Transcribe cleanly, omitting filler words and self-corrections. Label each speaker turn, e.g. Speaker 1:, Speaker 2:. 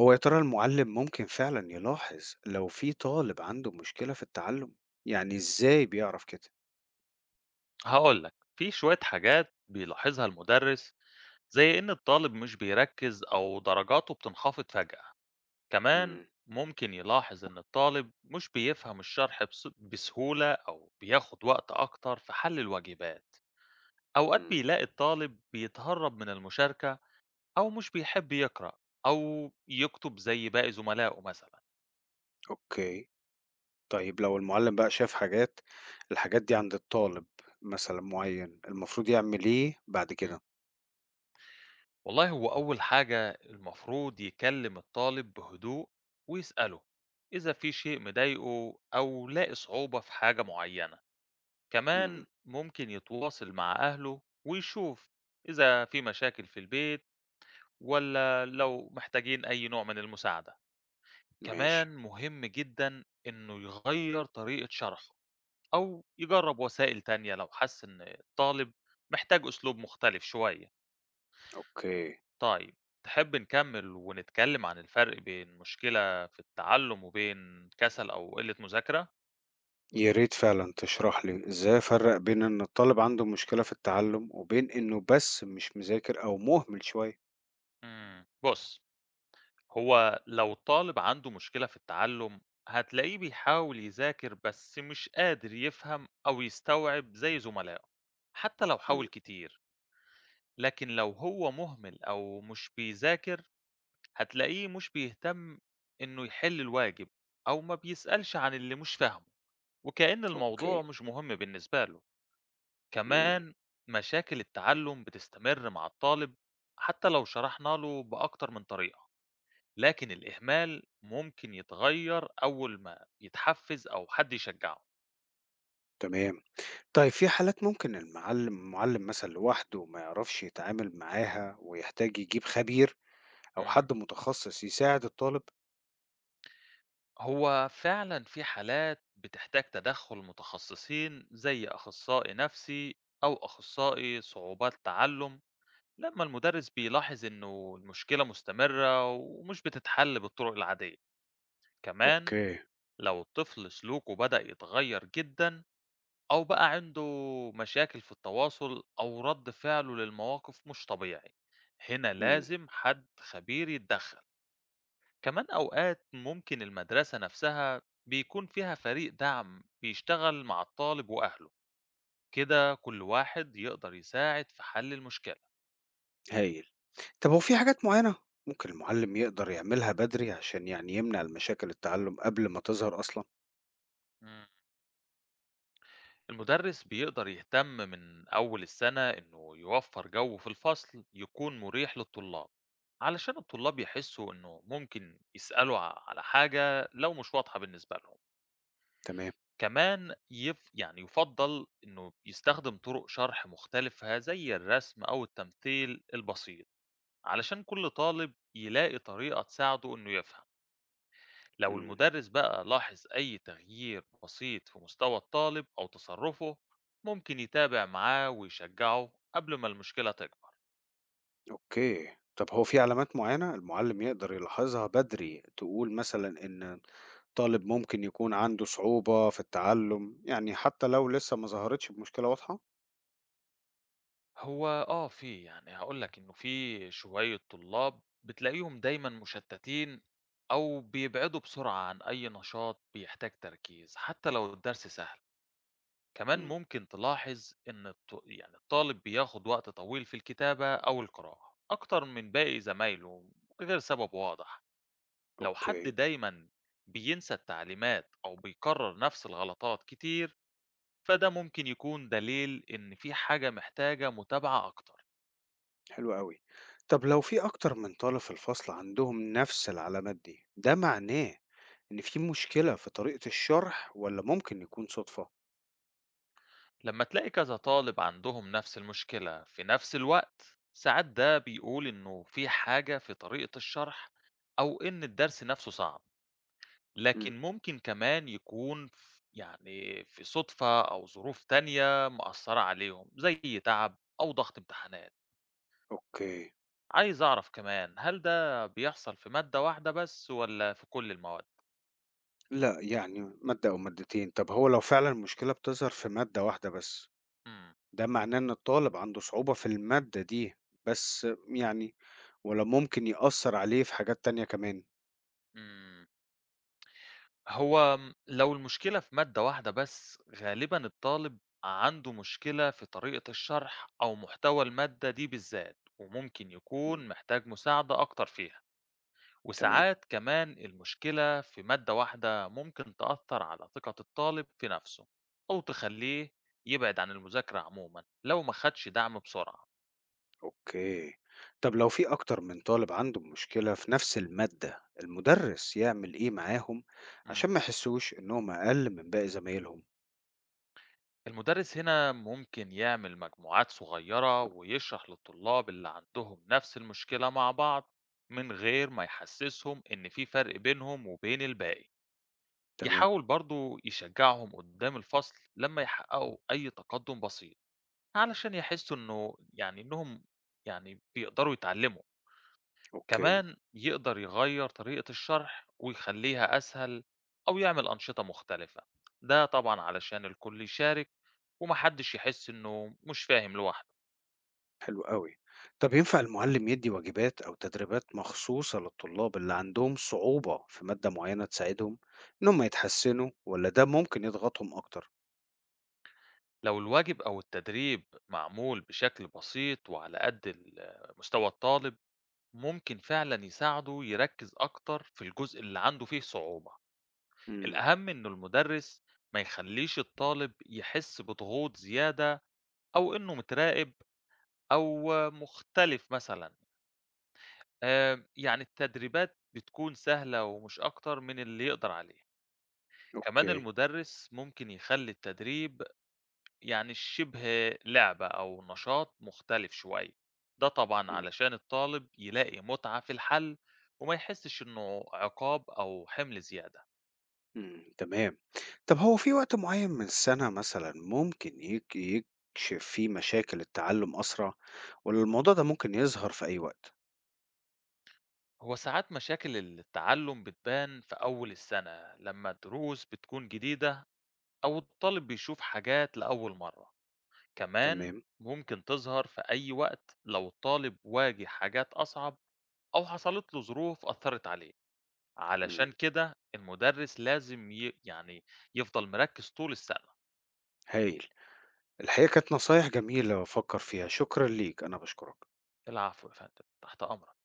Speaker 1: هو يا ترى المعلم ممكن فعلا يلاحظ لو في طالب عنده مشكلة في التعلم؟ يعني ازاي بيعرف كده؟
Speaker 2: هقول لك في شوية حاجات بيلاحظها المدرس، زي إن الطالب مش بيركز أو درجاته بتنخفض فجأة. كمان
Speaker 1: امم.
Speaker 2: ممكن يلاحظ إن الطالب مش بيفهم الشرح بسهولة، أو بياخد وقت أكتر في حل الواجبات. أوقات
Speaker 1: امم.
Speaker 2: بيلاقي الطالب بيتهرب من المشاركة، أو مش بيحب يقرأ أو يكتب زي باقي زملائه مثلا.
Speaker 1: اوكي. طيب لو المعلم بقى شاف حاجات، الحاجات دي عند الطالب مثلا معين، المفروض يعمل ايه بعد كده؟
Speaker 2: والله هو أول حاجة المفروض يكلم الطالب بهدوء ويسأله إذا في شيء مضايقه أو لاقي صعوبة في حاجة معينة.
Speaker 1: امم.
Speaker 2: كمان ممكن يتواصل مع أهله ويشوف إذا في مشاكل في البيت، ولا لو محتاجين أي نوع من المساعدة.
Speaker 1: ماشي.
Speaker 2: كمان مهم جدا إنه يغير طريقة شرحه أو يجرب وسائل تانية لو حس إن الطالب محتاج أسلوب مختلف شوية.
Speaker 1: اوكي.
Speaker 2: طيب، تحب نكمّل ونتكلّم عن الفرق بين مشكلة في التعلُّم وبين كَسَل أو قِلّة مذاكرة؟
Speaker 1: يا ريت فعلا تشرح لي ازاي افرق بين ان الطالب عنده مشكلة في التعلم وبين انه بس مش مذاكر او مهمل شوية.
Speaker 2: بُص، هو لو الطالب عنده مشكلة في التعلُّم، هتلاقيه بيحاول يذاكر بس مش قادر يفهم أو يستوعب زي زملائه، حتّى لو حاول
Speaker 1: امم.
Speaker 2: كتير. لكن لو هو مُهمِل أو مش بيذاكر، هتلاقيه مش بيهتم إنه يحِل الواجب، أو ما بيسألش عن اللي مش فاهمه، وكإن
Speaker 1: اوكي.
Speaker 2: الموضوع مش مهم بالنسبة له.
Speaker 1: امم.
Speaker 2: كمان مشاكل التعلم بتستمر مع الطالب حتى لو شرحنا له بأكتر من طريقة، لكن الإهمال ممكن يتغير أول ما يتحفز أو حد يشجعه.
Speaker 1: تمام. طيب في حالات ممكن المعلم مثلًا لوحده ما يعرفش يتعامل معاها ويحتاج يجيب خبير أو
Speaker 2: مم.
Speaker 1: حد متخصص يساعد الطالب؟
Speaker 2: هو فعلا في حالات بتحتاج تدخل متخصصين زي أخصائي نفسي أو أخصائي صعوبات تعلم، لما المدرس بيلاحظ إنه المشكلة مستمرة ومش بتتحل بالطرق العادية. كمان
Speaker 1: اوكي.
Speaker 2: لو الطفل سلوكه بدأ يتغير جدا، أو بقى عنده مشاكل في التواصل أو رد فعله للمواقف مش طبيعي، هنا
Speaker 1: إمم.
Speaker 2: لازم حد خبير يتدخل. كمان أوقات ممكن المدرسة نفسها بيكون فيها فريق دعم بيشتغل مع الطالب وأهله، كده كل واحد يقدر يساعد في حل المشكلة.
Speaker 1: هايل. طب هو في حاجات معينة ممكن المعلم يقدر يعملها بدري عشان يعني يمنع المشاكل التعلم قبل ما تظهر أصلًا؟
Speaker 2: المدرس بيقدر يهتم من أول السنة إنه يوفر جو في الفصل يكون مريح للطلاب، علشان الطلاب يحسوا إنه ممكن يسألوا على حاجة لو مش واضحة بالنسبة لهم.
Speaker 1: تمام.
Speaker 2: كمان يعني يفضل إنه يستخدم طرق شرح مختلفة زي الرسم أو التمثيل البسيط، علشان كل طالب يلاقي طريقة تساعده إنه يفهم. لو
Speaker 1: إمم.
Speaker 2: المدرس بقى لاحظ أي تغيير بسيط في مستوى الطالب أو تصرفه، ممكن يتابع معاه ويشجعه قبل ما المشكلة تكبر.
Speaker 1: أوكي. طب هو في علامات معينة المعلم يقدر يلاحظها بدري تقول مثلًا إن طالب ممكن يكون عنده صعوبة في التعلم، يعني حتى لو لسه ما ظهرتش بمشكلة واضحة؟
Speaker 2: هو آه في يعني هقولك إنه في شوية طلاب بتلاقيهم دايما مشتتين، أو بيبعدوا بسرعة عن أي نشاط بيحتاج تركيز حتى لو الدرس سهل. كمان
Speaker 1: إمم.
Speaker 2: ممكن تلاحظ إن يعني الطالب بياخد وقت طويل في الكتابة أو القراءة أكتر من باقي زمايله من غير سبب واضح. لو حد
Speaker 1: أوكي.
Speaker 2: دايما بينسى التعليمات أو بيكرر نفس الغلطات كتير، فده ممكن يكون دليل إن في حاجة محتاجة متابعة أكتر.
Speaker 1: حلو أوي. طب لو في أكتر من طالب في الفصل عندهم نفس العلامات دي، ده
Speaker 2: مم.
Speaker 1: معناه إن في مشكلة في طريقة الشرح والّا ممكن يكون صدفة؟
Speaker 2: لما تلاقي كذا طالب عندهم نفس المشكلة في نفس الوقت، ساعات ده بيقول إنه في حاجة في طريقة الشرح أو إن الدرس نفسه صعب.
Speaker 1: إمم.
Speaker 2: لكن ممكن كمان يكون يعني في صدفة أو ظروف تانية مأثرة عليهم زي تعب أو ضغط امتحانات.
Speaker 1: أوكي.
Speaker 2: عايز أعرف كمان هل ده بيحصل في مادة واحدة بس والّا في كل المواد؟
Speaker 1: لأ، يعني مادة أو مادتين. طب هو لو فعلًا المشكلة بتظهر في مادة واحدة بس،
Speaker 2: إمم،
Speaker 1: ده معناه إن الطالب عنده صعوبة في المادة دي بس يعني والّا ممكن يأثّر عليه في حاجات تانية كمان؟
Speaker 2: إمم، هو لو المشكلة في مادة واحدة بس، غالبًا الطالب عنده مشكلة في طريقة الشرح أو محتوى المادة دي بالذات، وممكن
Speaker 1: إمم.
Speaker 2: يكون محتاج مساعدة أكتر فيها،
Speaker 1: تمام.
Speaker 2: وساعات كمان المشكلة في مادة واحدة ممكن تأثّر على ثقة الطالب في نفسه، أو تخلّيه يبعد عن المذاكرة عمومًا لو ما خدش دعم بسرعة.
Speaker 1: أوكي. طب لو في أكتر من طالب عنده مشكلة في نفس المادة المدرس يعمل إيه معاهم عشان
Speaker 2: إمم.
Speaker 1: ما يحسوش إنهم أقل من باقي زمايلهم؟
Speaker 2: المدرس هنا ممكن يعمل مجموعات صغيرة ويشرح للطلاب اللي عندهم نفس المشكلة مع بعض، من غير ما يحسسهم إن في فرق بينهم وبين الباقي.
Speaker 1: تمام.
Speaker 2: يحاول برضو يشجعهم قدام الفصل لما يحققوا أي تقدم بسيط، علشان يحسوا إنه يعني إنهم يعني بيقدروا يتعلموا.
Speaker 1: أوكي.
Speaker 2: كمان يقدر يغير طريقة الشرح ويخليها أسهل، أو يعمل أنشطة مختلفة، ده طبعا علشان الكل يشارك وما حدش يحس إنه مش فاهم لوحده.
Speaker 1: حلو قوي. طب ينفع المعلم يدي واجبات أو تدريبات مخصوصة للطلاب اللي عندهم صعوبة في مادة معينة تساعدهم إنهم يتحسنوا ولا ده ممكن يضغطهم أكتر؟
Speaker 2: لو الواجب أو التدريب معمول بشكل بسيط وعلى قد مستوى الطالب، ممكن فعلا يساعده يركز أكتر في الجزء اللي عنده فيه صعوبة.
Speaker 1: امم.
Speaker 2: الأهم إنه المدرس ما يخليش الطالب يحس بضغوط زيادة، أو إنه متراقب، أو مختلف مثلا. آه، يعني التدريبات بتكون سهلة ومش أكتر من اللي يقدر عليه. كمان
Speaker 1: أوكي.
Speaker 2: المدرس ممكن يخلي التدريب يعني شبه لعبة أو نشاط مختلف شوية، ده طبعا علشان الطالب يلاقي متعة في الحل وما يحسش إنه عقاب أو حمل زيادة.
Speaker 1: امم. تمام. طب هو في وقت معين من السنة مثلًا ممكن يكشف فيه مشاكل التعلم أسرع، والّا الموضوع ده ممكن يظهر في أي وقت؟
Speaker 2: هو ساعات مشاكل التعلم بتبان في أول السنة لما الدروس بتكون جديدة، أو الطالب بيشوف حاجات لأول مرة. كمان
Speaker 1: تمام.
Speaker 2: ممكن تظهر في أي وقت لو الطالب واجه حاجات أصعب، أو حصلت له ظروف أثرت عليه.
Speaker 1: إمم.
Speaker 2: علشان كده المُدرِّس لازم يعني يفضل مركِّز طول السنة.
Speaker 1: هايل. الحقيقة كانت نصايح جميلة وافكر فيها، شكرًا ليك، أنا باشكرك.
Speaker 2: العفو يا فندم، تحت أمرك.